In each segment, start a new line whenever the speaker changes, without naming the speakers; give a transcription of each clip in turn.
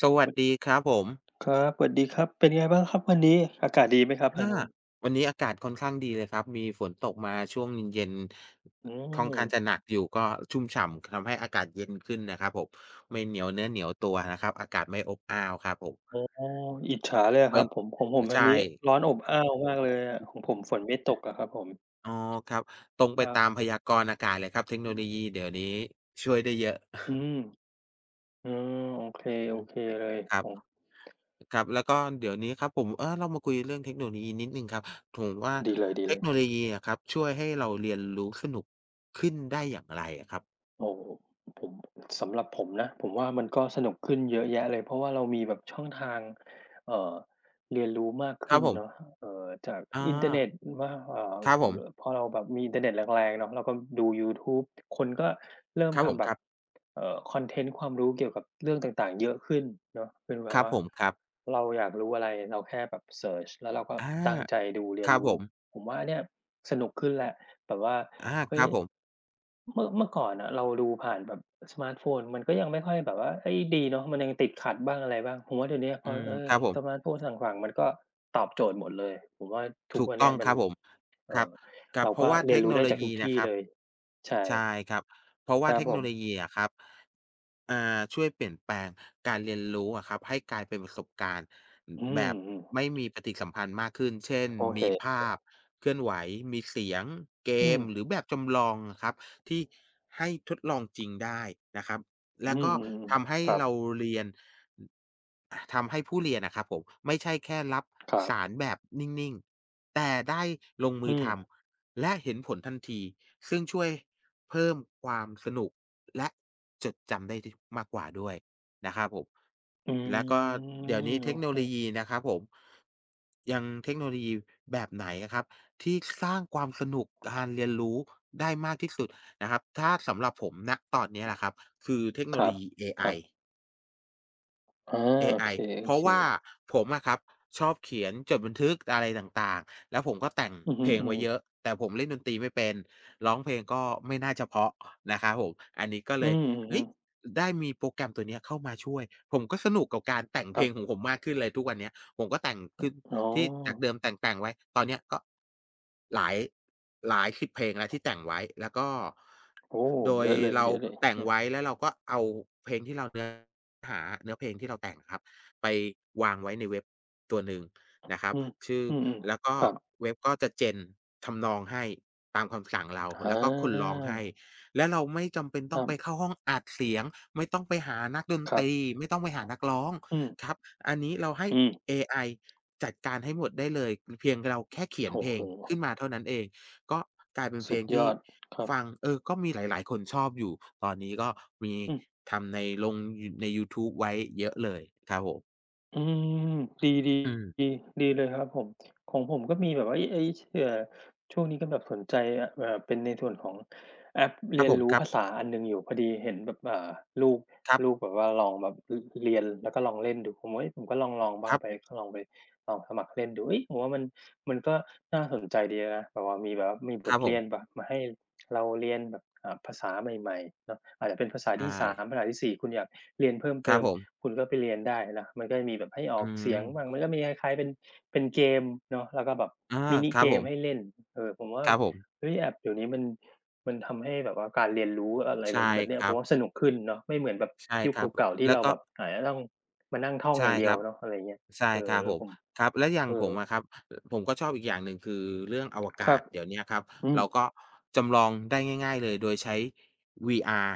ส
ส
วัส
วั
ดี
ส
ครับผม
ครับสวัสดีครับ เป็นไงบ้างครับวันนี้ อากาศดีไหมครับทาง
อา
นู้น
วันนี้อากาศค่อนข้างดีเลยครับมีฝนตกมาช่วงเย็น
อื
ๆค่อน
ม
ข้างจะหนักอยู่ก็ชุ่มฉ่ำทำให้อากาศเย็นขึ้นนะครับผมไม่เหนียวเนื้อเหนียวตัวนะครับอากาศไม่อบอ้าวครับผม
อ๋ออิจฉาเลยอะค
เป็
รั
น
บผมของผมทาง
ใช่
นี้ร้อนอบอ้าวมากเลยอะของผมฝนไม่ตกอะครับผม
อ๋อครับตรงไป
ครับ
ตามพยากรณ์อากาศเลยครับเทคโนโลยีเดี๋ยวนี้ช่วยได้เยอะ
อืมอ๋อโอเค โอ
อืม
เคเลย
ครับ
โอ้
ครับแล้วก็เดี๋ยวนี้ครับผมเรามาคุยเรื่องเทคโนโลยีนิดหนึ่งครับผมว่า
ดี
เท
เล
ค
ย
โน
ๆ
โลยีอะครับช่วยให้เราเรียนรู้สนุกขึ้นได้อย่างไรอะครับ
โอ้โฮผมสำหรับผมนะผมว่ามันก็สนุกขึ้นเยอะแยะเลยเพราะว่าเรามีแบบช่องทางเอ่อเรียนรู้มาก
ครั
ขึ้
บ
น
ผม
เนาะจาก
อา
อินเทอร์เน็ตว่า
ครับผม
พอเราแบบมีอินเทอร์เน็ตแรงๆเนาะเราก็ดูยูทูบคนก็เริ่ม
ครับผ
ทำ
ม
แบ
ค
บ
รับ
คอนเทนต์ความรู้เกี่ยวกับเรื่องต่างๆเยอะขึ้นเนาะเป็นแบ
ค
บ
รับ
ว่า
ผมครับ
เราอยากรู้อะไรเราแค่แบบเซิร์ชแล้วเราก็
อา
ตั้งใจดูเรี
ค
ยน
รับผ
รู้
ม
ผมว่าเนี่ยสนุกขึ้นแหละแบบว่า
อาค
เฮ้ย
รับผม
เมื่อก่อนอะเราดูผ่านแบบสมาร์ตโฟนมันก็ยังไม่ค่อยแบบว่าเฮ้ยดีเนาะมันยังติดขัดบ้างอะไรบ้างผมว่าเดี๋ยวเนี้ยพ
อื
อ
มครับผ
สมา
ม
ร์ตโฟนต่างๆมันก็ตอบโจทย์หมดเลยผมว่าทุก
ถูก
วันเนี้
ต้อ
ย
ง
มั
ค
น
รับผมค
เอ่
รั
อ
บครับ
เรา
เพ
ก็
ราะว่า
เรี
เท
ยน
ค
รู้
โน
ได้
โล
จากทุ
ยี
ก
นะ
ที่
ครับ
เลยใช่
ใช่ครับเพราะ
ค
ว่า
รั
เท
บ
ค
ผ
โนโล
ม
ยีอะครับ อาช่วยเปลี่ยนแปลงการเรียนรู้อะครับให้กลายเป็นประสบการณ์
อื
แบ
ม
บไม่มีปฏิสัมพันธ์มากขึ้นเช่น
ๆโอเค
มีภาพเคลื่อนไหวมีเสียงเก
อืม
มหรือแบบจำลองอะครับที่ให้ทดลองจริงได้นะครับ
อื
แล้วก็
มๆ
ทำให้
ๆครับ
เราเรียนอาทำให้ผู้เรียนอะครับผมไม่ใช่แค่รับ
ครับ
สารแบบนิ่งๆแต่ได้ลง
อื
มือ
ม
ทำและเห็นผลทันทีซึ่งช่วยเพิ่มความสนุก และจดจำได้มากกว่าด้วยนะครับผม
อื
แล้วก็
ม
เดี๋ยวนี้
โอ
เทคโนโล
เค
ยีนะครับผมยังเทคโนโลยีแบบไหนอะครับที่สร้างความสนุกการเรียนรู้ได้มากที่สุดนะครับถ้าสำหรับผมณตอนเนี้ยแหละครับคือเทคโน
ค
โล
รับ
ยีเอ
ค
ไอ
รับอา
เอ
โอ
ไอ
เ
เพ
ค
ราะว่า
ๆ
ผมอะครับชอบเขียนจดบันทึกอะไรต่างๆ แล้วผมก็แต่ง
อือฮึ
เพลงไว้เยอะ
ๆ
แต่ผมเล่นดนตรีไม่เป็นร้องเพลงก็ไม่น่าจะเพราะนะครับผมอันนี้ก็
อื
เลย
มอือฮึ
เฮ้ยได้มีโปรแกรมตัวเนี้ยเข้ามาช่วยผมก็สนุกกับการแต่ง
ค
เพ
รั
ล
บ
งของผมมากขึ้นเลยทุกวันเนี้ยผมก็แต่งขึ้น
อ๋อ
ที่จากเดิมแต่งๆไว้ตอนเนี้ยก็หลายหลายสิ0เพลงแล้วที่แต่งไว้แล้วก็
โอ้
โด
เย
ย
อะเลย
เรา
เยอะเลย
แต่งไว้แล้วเราก็เอาเพลงที่เราเนื้อ หาเนื้อเพลงที่เราแต่งครับไปวางไว้ในเว็บตัวหนึ่งนะครับ
อืม
ชื่อ
อืม
แล้วก็
ๆครับ
เว็บก็จะ gen ทำนองให้ตามคำสั่งเรา
อา
แล้วก็คนร้องให้และเราไม่จำเป็น
ค
ต้อ
รั
ง
บ
ไปเข้าห้องอัดเสียงไม่ต้องไปหานักดน
ค
ต
รับ
รีไม่ต้องไปหานักร้อง
อืม
ครับอันนี้เราให้
อืม
เอไอจัดการให้หมดได้เลยเพียงเราแค่เขียน
โอ้
เพล
โฮ
งขึ้นมาเท่านั้นเอง ก็กลายเป็นเพ
สุ
ล
ด
ง
ยอ
ที่
ด ครับ
ฟังก็มีหลายๆคนชอบอยู่ ตอนนี้ก็มี
อืม
ทำในลงอยู่ในยูทูบไว้เยอะเลยครับผม
อืมดีดี
อืม
ดีเลยครับผมของผมก็มีแบบว่าไอ้อ้เอ่อช่วงนี้ก็แบบสนใจอ่าเป็นในส่วนของแอป
ครั
เรี
บ
ยน
ผม
รู้
ครับ
ภาษาอันหนึ่งอยู่พอดีเห็นแบบอ่าลูก
ครั
ลูก
บ
แบบว่าลองแบบรเรียนแล้วก็ลองเล่นดูผมว่าเฮ้ยผมก็ลองบ้า
ค
ง
รั
ไป
บ
ก็ลองไปลองสมัครเล่นดูเฮ้ยผมว่ามันก็น่าสนใจดีนะแบบว่ามีแบบว่ามีบ
ค
ท
รับผ
เรียนแบ
ม
บมาให้เราเรียนแบบอ่าภาษาใหม่ๆเนาะอาจจะเป็นภาษา
ใช่
ที่3ภาษาที่4คุณอยากเรียนเพิ่ม
ค
เติ
รับ
ม
ผม
คุณก็ไปเรียนได้นะมันก็จะมีแบบให้ออ
อื
กเสียงบ้าง
ม
มันก็มีคล้ายๆเป็นเกมเนาะแล้วก็แบบ
อา
มินิ
ครั
เก
บผ
ม
ม
ให้เล่นเออผมว่า
ครับผม
เฮ้ยแอปเดี๋ยวนี้มันทำให้แบบว่าการเรียนรู้อะไร
ใช่
มันแบบเนี้
ค
ยผ
รั
ม
บ
ว่าสนุกขึ้นเนาะไม่เหมือนแบบ
ใช่
ยุค
ครับ
เก่าๆที่
แล้ว
เรา
ก็
แบบอาจจะต้องมานั่งท่องอ
ใช่
ย่างเดี
ค
ยว
รับ
เนาะอะไรอย่างเงี้ย
ใช่
เอ
ค
อ
รับผ
ผ
ม
ม
ครับแล้วอย่าง
เอ
ผ
อ
มอะครับอผมก็ชอบอีกอย่างหนึ่งคือเรื่องอว
ค
กา
รับ
ศเดี๋ยวเนี้ยครับ
อืม
เราก็จำลองได้ง่ายๆเลยโดยใช้ VR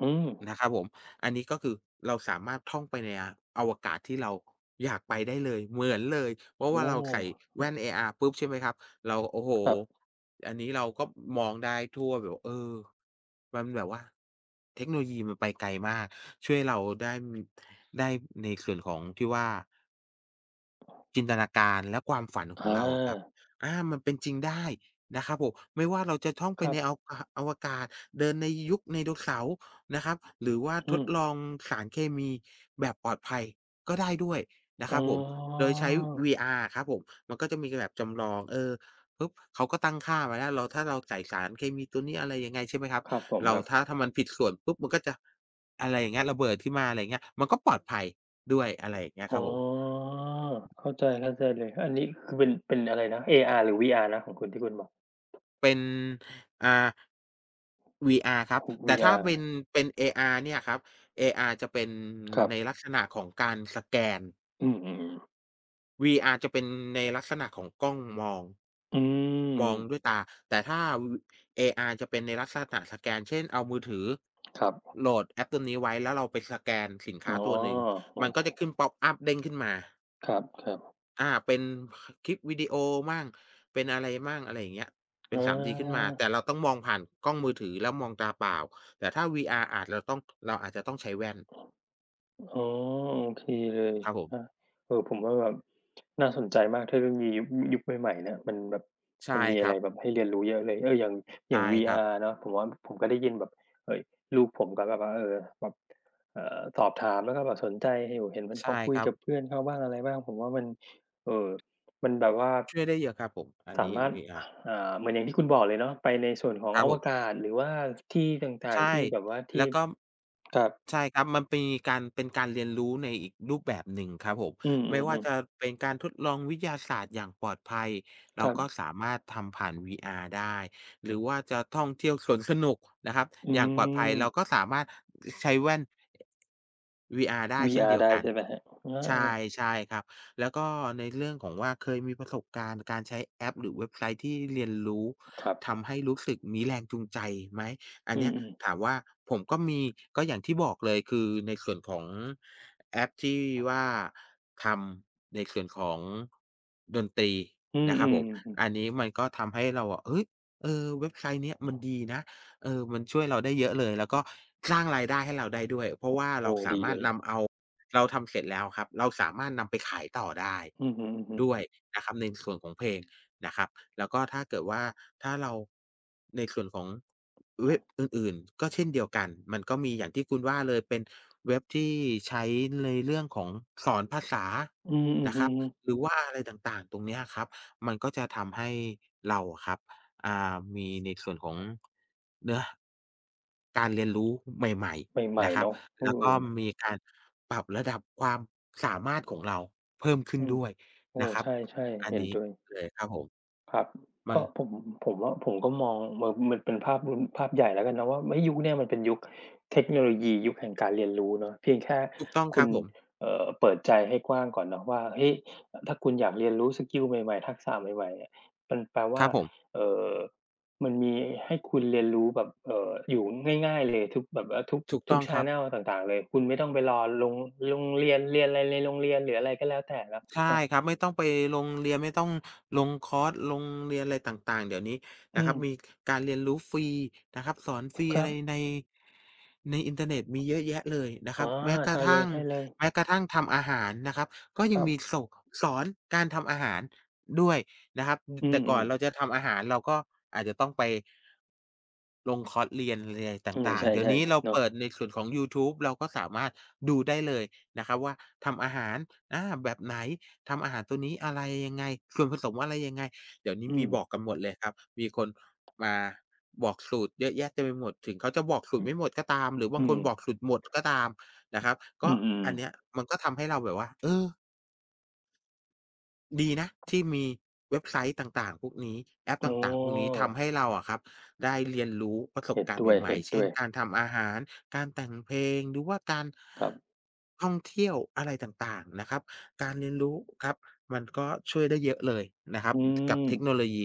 อืม
นะครับผม อันนี้ก็คือเราสามารถท่องไปในอวกาศที่เราอยากไปได้เลยเหมือนเลยเพราะว่า
โอ้
เราใส่แว่น AR ปุ๊บใช่ไหมครับ เราโอ้โฮ
ครับ
อันนี้เราก็มองได้ทั่วแบบมันแบบว่าเทคโนโลยีมันไปไกลมากช่วยเราได้ได้ในส่วนของที่ว่า จินตนาการและความฝัน
อ
ของเราอะครับ
า
อามันเป็นจริงได้นะครับผมไม่ว่าเราจะท่อง
ค
ไป
รับ
ในอวกาศเดินในยุคไดโนเสาร์นะครับหรือว่าท
อื
ด
ม
ลองสารเคมีแบบปลอดภัยก็ได้ด้วยนะ
อ๋
ค
อ
รับผมโดยใช้ VR ครับผมมันก็จะมีแบบจำลองปุ๊บเขาก็ตั้งค่าไว้แล้วเราถ้าเราใส่สารเคมีตัวนี้อะไรยังไงใช่ไหมครับ
ครับผม
เรา
ครับ
ถ้ามันผิดส่วนปุ๊บมันก็จะอะไรอย่างเงี้ยระเบิดขึ้นมาอะไรอย่างเงี้ยมันก็ปลอดภัยด้วยอะไรอย่างเงี้ย
อ๋
ค
อ
รับผม
เข้าใจเข้าใจเลย อันนี้คือเป็นอะไรนะ AR หรือ VR นะของคุณที่คุณบอก
เป็นอ่า VR ครับ
โอ้
แต่ถ้า
VR
เป็นเป็น AR เนี่ยครับ AR จะเป็น
ครับ
ในลักษณะของการสแกน
อืมๆๆ
VR จะเป็นในลักษณะของกล้องมอง
อื
มองด้วย
ม
ตาแต่ถ้าว AR จะเป็นในลักษณะสแกนเช่นเอามือถือ
ครับ
โหลดแอปตัวนี้ไว้แล้วเราไปสแกนสิน
อ๋อ
ค้าตัวหนึ่ง
โอ
มันก็จะขึ้นพ็อปอัปเด้งขึ้นมา
ครับ
อาเป็นคลิปวิดีโอมั่งเป็นอะไรมั่งอะไรอย่างเงี้ย
ๆอ
เป็น 3D ขึ้นมาแต่
า
เราต้องมองผ่านกล้องมือถือแล้วมองตาเปล่าแต่ถ้า VR อาจเราต้องเราอาจจะต้องใช้แว่น
อ๋อโอเคเลย
ครับผม
อาผมว่าแบบน่าสนใจมากเทคโนโลยียุคใหม่ๆเนี่ยมันแบบมั
ใช่
นมี
ค
อะไร
รับ
แบบให้เรียนรู้เยอะเลยอย่าง
ใช่ครับ
VR เนาะผมว่าผมก็ได้ยินแบบเฮ้ยลูกผมก็แบบว่าแบบสอบถามแล้วก็แบบสนใจอยู่เห็นมันเขา
ใช่
คุ
ค
ย
รับ
กับเพื่อนเขาบ้างอะไรบ้างผมว่ามันเอ่อมันแบบว่า
ช่วยได้เยอะครับผมอัน
สา
นี้
มารถ
VR
อ่าเหมือนอย่างที่คุณบอกเลยเนาะไปในส่วนของ
ครั
อ
บผ
ว
ม
กาศหรือว่าที่ต่างๆ
ใช่
ที่แบบว่าที่
แล้วก็
ครับ
ใช่ครับ มันมีการเป็นการเรียนรู้ในอีกรูปแบบหนึ่งครับผม
อื
ไม่ว่า
ม
จะ
ๆ
เป็นการทดลองวิทยาศาสตร์อย่างปลอดภัย
ๆค
เรา
รับ
ก็สามารถทำผ่าน VR ได้ หรือว่าจะท่องเที่ยวสวนสนุกนะครับ
อื
อย่างปลอดภั
ม
ยเราก็สามารถใช้แว่น VR ได้เช่น
VR
เดียว
ได้
กัน
ใช่ไหมครับอา
ใช่ใช่ครับ แล้วก็ในเรื่องของว่าเคยมีประสบการณ์การใช้แอปหรือเว็บไซต์ที่เรียนรู้
ครับ
ทำให้รู้สึกมีแรงจูงใจไหม อัน
อื
เนี้
ม
ยถามว่าผมก็มีก็อย่างที่บอกเลยคือในส่วนของแอปที่ว่าทำในส่วนของดนตรี
ๆอืม
นะครับผม
ๆๆ
อัน
ๆ
นี้มันก็ทำให้เราอะเฮ้ยเออเว็บไซต์เนี้ยมันดีนะเออมันช่วยเราได้เยอะเลยแล้วก็สร้างรายได้ให้เราได้ด้วยเพราะว่า
โอ้
เราสา
ดี
มา
เล
รถ
ย
นำเอาเราทำเสร็จแล้วครับเราสามารถนำไปขายต่อได้
อือฮึๆ
ด้วยนะครับในส่วนของเพลงนะครับแล้วก็ถ้าเกิดว่าถ้าเราในส่วนของ เว็บอื่นๆก็เช่นเดียวกันมันก็มีอย่างที่คุณว่าเลยเป็นเว็บที่ใช้ในเรื่องของสอนภาษา
อืมอือ
นะค
ฮึ
รับหรือว่าอะไรต่างๆตรงเนี้ยครับมันก็จะทำให้เราอะครับอ่ามีในส่วนของเนื้อการเรียนรู้ใหม่
ให
ๆ
ม่
นะค
ๆ
รับ
เนาะ
แล้วก็มีการปรับระดับความสามารถของเราเพิ่มขึ้น
อืม
ด้วย
โอ้
นะครับ
ใช่
อั
ๆ
น
เห็น
นี้
ด้วย
เลยครับผม
ครับ
มั
ก็
น
ผมผมว่าผมก็มองมมันเป็นภาพรวมภาพใหญ่แล้วกันเนาะว่าเฮ้ยยุคเนี้ยมันเป็นยุคเทคโนโลยียุคแห่งการเรียนรู้เนาะเพียงแค่
ถูกต้องค
คุ
รั
ณ
บผม
เปิดใจให้กว้างก่อนเนาะว่าเฮ้ยถ้าคุณอยากเรียนรู้สกิลใหม่ๆทักษะใหม่ๆเนี่ยมันแปล
ค
ว่า
รับผม
เอ่อมันมีให้คุณเรียนรู้แบบอยู่ง่ายๆเลยทุกแบบว่า
ถูก
ทุ
ต้
ก
อง
แช
ค
น
รับ
เนัลต่างๆเลยคุณไม่ต้องไปรอลงโรงเรียนเรียนอะไรในโรงเรียนหรืออะไรก็แล้วแต่แล้ว
ใช่
เนาะ
ครับไม่ต้องไปลงเรียนไม่ต้องลงคอร์สลงเรียนอะไรต่างๆเดี๋ยวนี้
อื
นะครั
ม
บมีการเรียนรู้ฟรีนะครับสอนฟรี
ค
อะ
รั
ไร
บ
ในอินเทอร์เน็ตมีเยอะแยะเลยนะค
อ๋
รั
อ
บแม้กระ
ใช่เ
ทั่ง
ลยๆ
แม้กระทั่งทำอาหารนะครับก็
ค
ยัง
รับ
มีโสกสอนการทำอาหารด้วยนะครับ
อืม
แต่
อ
ก่
ม
อนเราจะทำอาหารเราก็อาจจะต้องไป ลงคอร์สเรียนอะไรต
โอ้โฮ
่า
ใช
งๆ เดี๋ยว
่
นี้เรา
ๆเนาะ
เปิดในส่วนของยูทูบเราก็สามารถดูได้เลยนะครับว่าทำอาหารแบบไหนทำอาหารตัวนี้อะไรยังไงส่วนผสมอะไรยังไงเดี๋ยวนี้
อื
มี
ม
บอกกันหมดเลยครับมีคนมาบอกสูตรเยอะแยะเต็มไปหมดถึงเขาจะบอกสูตรไม่หมดก็ตามหรือบา
อื
งค
ม
นบอกสูตรหมดก็ตามนะครับ
อื
ก็
ม
อันเนี้ยมันก็ทำให้เราแบบว่าเออ ดีนะที่มีเว็บไซต์ต่างๆพวกนี้แอป
ๆอ๋
ต่างๆพวกนี้
อ
ทำให้เราอะครับได้เรียนรู้ประสบ
เห็น
การณ์
ด้ว
ใหม่ๆเช่น
ย
การทำอาหารการแต่งเพลงหรือว่าการ
ๆครับ
ท่องเที่ยวอะไรต่างๆนะครับการเรียนรู้ครับมันก็ช่วยได้เยอะเลยนะครับ
อื
กับ
ม
เทคโนโลยี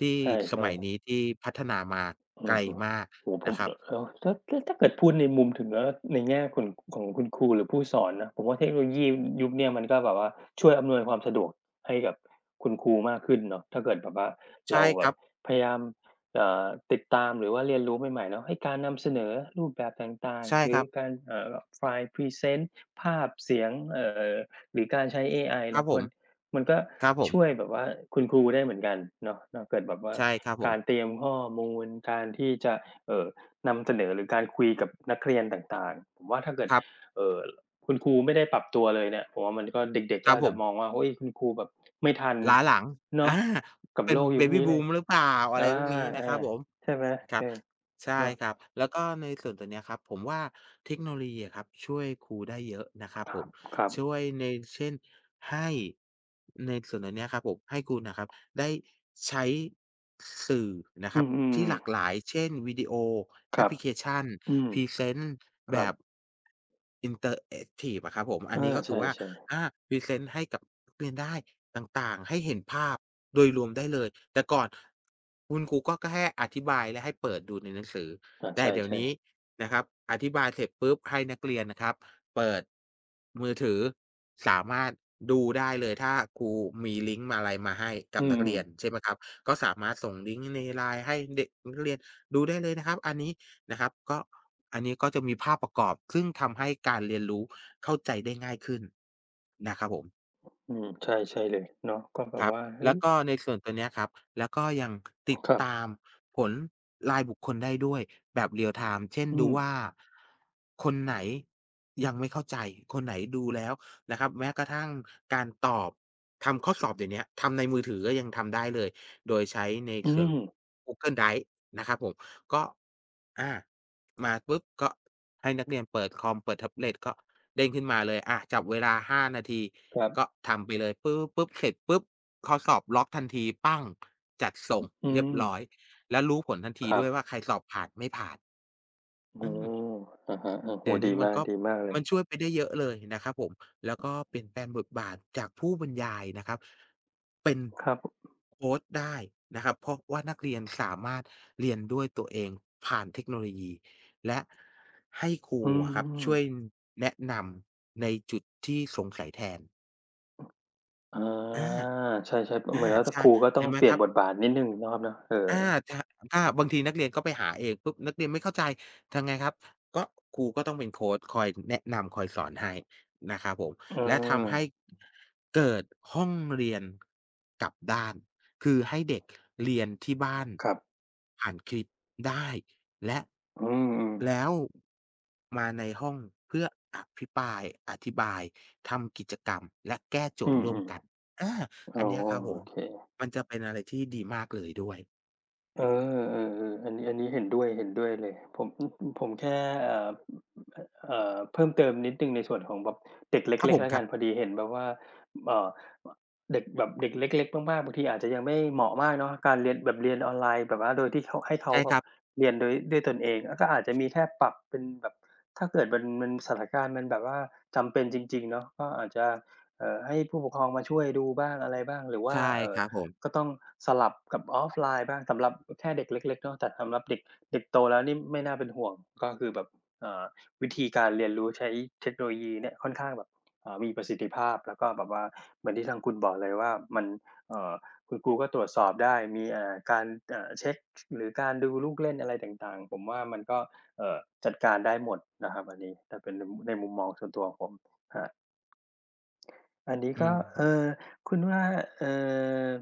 ที่
ใช
ส
่
มัย
ๆ
นี้ที่พัฒนามา
อื
ไกล
อฮึ
มาก
โอ้โฮผ
นะ
ม
ครั
แ
บ
ล้วถ้าเกิดพูดในมุมถึงแล้วในแง่คุณของคุณครูหรือผู้สอนนะผมว่าเทคโนโลยียุคเนี้ยมันก็แบบว่าช่วยอำนวยความสะดวกให้กับคุณครูมากขึ้นเนาะถ้าเกิดแบบว่าเรา
ใช่
แบ
ค
บ
รับ
พยายามติดตามหรือว่าเรียนรู้ใหม่ๆเนาะไอ้การนำเสนอรูปแบบต่าง
ใช่
ๆหรื
ค
อ
รับ
การไฟล์พรีเซนต์ภาพเสียงอหรือการใช้เอไอ
ครับ
เนาะ
ผ
มั
ม
น มันก็
ครับผม
ช่วยแบบว่าคุณครูได้เหมือนกันเนาะถ้าเกิดแบบว่า
ใช่ครับผ
กา
ม
รเตรียมข้อมูลการที่จะเอ่อนำเสนอหรือการคุยกับนักเรียนต่างๆผมว่าถ้าเกิด
ครับ
เอ่อคุณครูไม่ได้ปรับตัวเลยเนี่ยผมว่ามันก็เด็กๆ
ค
ก็
รับ
อาจ
ผ
จะมอง
ม
ว่าเฮ้ยคุณครูแบบไม่ทัน
ล้าหลัง
เนาะ
อา
กับ
เป็
โล
น
กยุค
Baby
นี้เลย
Boom หรือเปล่าอะ
อ
ไรพวกนี้นะครั
า
บผม
ๆใช่ไหม
ครั
เอ
บ
อ
ใช่
เนาะ
ครับ แล้วก็ในส่วนตัวเนี้ยครับผมว่าเทคโนโลยีอะครับช่วยครูได้เยอะนะครับผม
ครั
ช่
บ
วยในเช่นให้ในส่วนตัวเนี้ยครับผมให้คุณน่ะครับ ได้ใช้สื่อนะค
อื
รับ
ม
ที่หลากห
ๆ
ลายเช่นวิดีโอ
ๆค
แอป
รั
พ
บ
ลิเคชัน
อืม
พรีเซนต์
ค
แบ
รับ
บอินเตอร์แอกทิฟอะครับผมอัน
อา
นี้ก็คือว่า
ใช่ๆ
อาพรีเซนต์ให้กับนักเรียนได้ต่างๆให้เห็นภาพโดยรวมได้เลยแต่ก่อนคุณครูก็แค่อธิบายและให้เปิดดูในหนังสือ
อา
แต่เดี๋ยว
ใช่
นี้นะครับอธิบายเสร็จปุ๊บให้นักเรียนนะครับ เปิดมือถือสามารถดูได้เลยถ้าครูมีลิงก์มาอะไรมาให้
ๆ
กั
อื
บนัก
ม
เรียน
ๆ
ใช่ไหมครับก็สามารถส่งลิงก์ใน LINE ให้เด็กนักเรียนดูได้เลยนะครับอันนี้นะครับก็อันนี้ก็จะมีภาพประกอบซึ่งทำให้การเรียนรู้เข้าใจได้ง่ายขึ้นนะครับผม
อืมใช่ใช่เลยเนาะก็แบ
ค
บ
รับ
ว่าเฮ้
แล้
ย
วก็ในส่วนตัวเนี้ยครับแล้วก็ยังติด
ครับ
ตามผลรายบุคคลได้ด้วยแบบ real time เช่น
อื
ดู
ม
ว่าคนไหนยังไม่เข้าใจคนไหนดูแล้วนะครับแม้กระทั่งการตอบทำข้อสอบเดี๋ยวเนี้ยทำในมือถือก็ยังทำได้เลยโดยใช้ใน
อื
เชิง
ม
Google Drive นะครับผมก็อามาปุ๊บก็ให้นักเรียนเปิดคอมเปิดแท็บเล็ตก็ เด้งขึ้นมาเลยจับเวลา 5 นาที
ครั
ก็
บ
ทำไปเลยปื๊บป๊บเสร็จปุ๊บข้อสอบล็อกทันที ปั้ง จัดส่ง
อื
เรีย
ม
บร้อย แล้วรู้ผลทันที
ครั
ด้
บ
วยว่าใครสอบผ่านไม่ผ่านอื
โอ้
ม
อะฮะโอ้โฮ
เดี๋ยว
ดี
นี้มัน
มาก
ก็
ดีมากเลย
ช่วยไปได้เยอะเลยนะครับผมแล้วก็เปลี่ยนแปลงบทบาทจากผู้บรรยายนะครับเป็น
ครับ
โคชได้นะครับเพราะว่านักเรียนสามารถเรียนด้วยตัวเองผ่านเทคโนโลยีและให้ครู
อืม
อะครับช่วยแนะนำในจุดที่สงสัยแทน
อ
อา
าใช่ๆ
อา
เหมือนว่าท
ใช่
ครูก็ต้อ
เห็
ง
นไหม
เป
ค
ลี่ยน
รับ
บทบาทนิดหนึ่งเนาะครับเนาะเออ
อาจะถ้าบางทีนักเรียนก็ไปหาเองปุ๊บนักเรียนไม่เข้าใจทำไงครับก็ครูก็ต้องเป็นโคชคอยแนะนำคอยสอนให้นะครับผม
เออ
และทำให้เกิดห้องเรียนกลับด้านคือให้เด็กเรียนที่บ้าน
ครับ
ผ่านคลิปได้และ
อืมๆ
แล้วมาในห้องเพื่ออภิปรายอธิบายทำกิจกรรมและแก้โจ
อื
ทย์
ม
ร่วมกันอา
ๆอ๋อ
อันเนี้ยครับผ
โอ
ม
เค
มันจะเป็นอะไรที่ดีมากเลยด้วย
เอเอออันนี้อันนี้เห็นด้วยเห็นด้วยเลยผมอืออือผมแค่เอ่อเพิ่มเติมนิดหนึ่งในส่วนของแบบเด็ก
ครับ
เล็
ผ
กๆ
ม
แล้ว
ค
กั
รับ
นพอดีเห็นแบบว่าเอ่อเด็กแบบเด็กเล็กๆมากๆบางทีอาจจะยังไม่เหมาะมากเนาะการเรียนแบบเรียนออนไลน์แบบว่าโดยที่เขาให้เขา
ใช่
แบ
ค
บ
รับ
เรียนโดยด้วยตนเองแล้วก็อาจจะมีแค่ปรับเป็นแบบถ้าเกิดมันสถานการณ์มันแบบว่าจำเป็นจริงๆเนาะก็อาจจะให้ผู้ปกครองมาช่วยดูบ้างอะไรบ้างหรือว่า
ใช่
เอ่
ค
อ
รับผม
ก็ต้องสลับกับออฟไลน์บ้างสำหรับแค่เด็กเล็กๆเนาะแต่สำหรับเด็กเด็กโตแล้วนี่ไม่น่าเป็นห่วงก็คือแบบเอ่อวิธีการเรียนรู้ใช้เทคโนโลยีเนี่ยค่อนข้างแบบมีประสิทธิภาพแล้วก็แบบว่าเหมือนที่ทางคุณบอกเลยว่ามันเอ่อคุณครูก็ตรวจสอบได้มีอ่าการเช็กหรือการดูลูกเล่นอะไรต่างๆผมว่ามันก็เอ่อจัดการได้หมดนะครับอันนี้ถ้าเป็นในมุมมองส่วนตัวของผมครับ อันนี้
อื
ก็เอ่
ม
อคุณว่าเอ่อ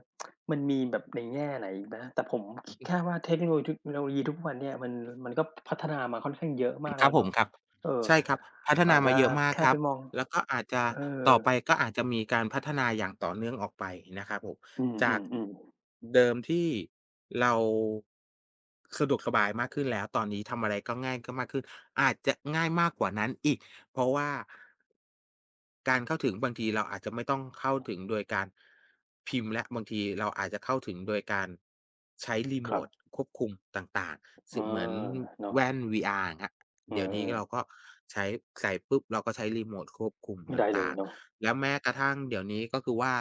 มันมีแบบในแง่ไหนอีกไหมแต่ผมคิดแค่ว่าเทคโนโลยีทุกวันเนี่ยมันก็พัฒนามาค่อนข้างเยอะมาก
ครั
แล้
บ
ว
ผม
เนาะ
ครับ
เออ
ใช่ครับพัฒ
อา
นา
จ
มา
จะ
เยอะมาก
แค่
ครั
ไป
บ
มอง
แล้วก็อาจจะ
เออ
ต่อไปก็อาจจะมีการพัฒนาอย่างต่อเนื่องออกไปนะครับผม
อื
จาก
ม
เดิมที่เราสะดวกสบายมากขึ้นแล้วตอนนี้ทำอะไรก็ง่ายก็มากขึ้นอาจจะง่ายมากกว่านั้นอีกเพราะว่าการเข้าถึงบางทีเราอาจจะไม่ต้องเข้าถึงโดยการพิมพ์แล้วบางทีเราอาจจะเข้าถึงโดยการใช้รี
ๆๆค
โม
รับ
ตควบคุมต่างๆ
อา
ซึ่งเหมือน
เนาะ
แว่น VR อย่างเงี้ย
เอ
เดี๋ยวนี้
อ
เราก็ใช้ใส่ปุ๊บเราก็ใช้รีโมตควบคุมต
ๆได้เล
่า
ย
ง
เนาะ
ๆ แล้วแม้กระทั่งเดี๋ยวนี้ก็คือว่า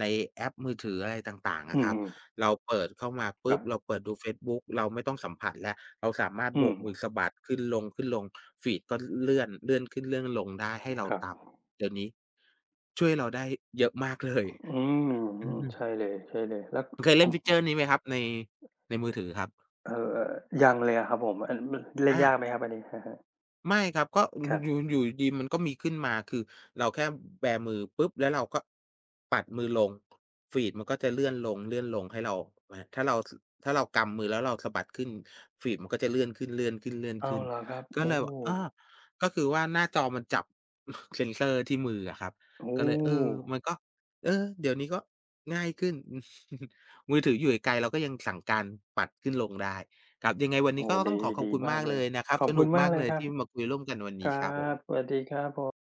ในแอปมือถืออะไรต่างๆ
อื
อะครั
ม
บเราเปิดเข้ามา
ๆครั
ปุ๊บ
บ
เราเปิดดูเฟซบุ๊กเราไม่ต้องสัมผัสแล้วเราสามารถ
อื
โบ
ม
กมือสะบัดขึ้นลงๆฟีดก็เลื่อนขึ้นเลื่อนลงได้ให้เรา
ครับ
ตามเดี๋ยวนี้ช่วยเราได้เยอะมากเลย
อืม
อือ
ใช่เลยใช่เลยแล้ว
เคย
ผ
เล่น
ม
ฟีเจอร์นี้ไหมครับในมือถือครับ
เอ่อยังเลยอะครับผมอันมันเล่นยาก
อา
ไหมครับอันนี้อะฮะ
ไม่ครับก็อื อ
ครับ
อยู่ดีๆมันก็มีขึ้นมาคือเราแค่แบมือปุ๊บแล้วเราก็ปัดมือลงฟีดมันก็จะเลื่อนลงให้เราอาถ้าเรากำมือแล้วเราสะบัดขึ้นฟีดมันก็จะเลื่อนขึ้นเลื่อน
อ้า
ขึ้
ว
น
เหรอครับ
ก็
โอ้
เลยแบบอาก็คือว่าหน้าจอมันจับ เซ็นเซอร์ที่มืออะครับ
โอ
ก็เลยเออ
้
มันก็เออเดี๋ยวนี้ก็ง่ายขึ้น มือถืออยู่ไกลๆเราก็ยังสั่งการปัดขึ้นลงได้ ครับยังไงวันนี้
โอ้
ก็ต้อ
ดี
งขอบ
ดี
คุณ
มาก
มาก
เล
เล
ย
ยนะครับ
ขอบ
ส
คุ
นุ
ณ
ก
มาก
มาก
เลย
เลย
ครับ
ที่มาคุยร่วมกันวัน
ค
นี้
รั
ครับผ
บส
ม
วัสดีครับผม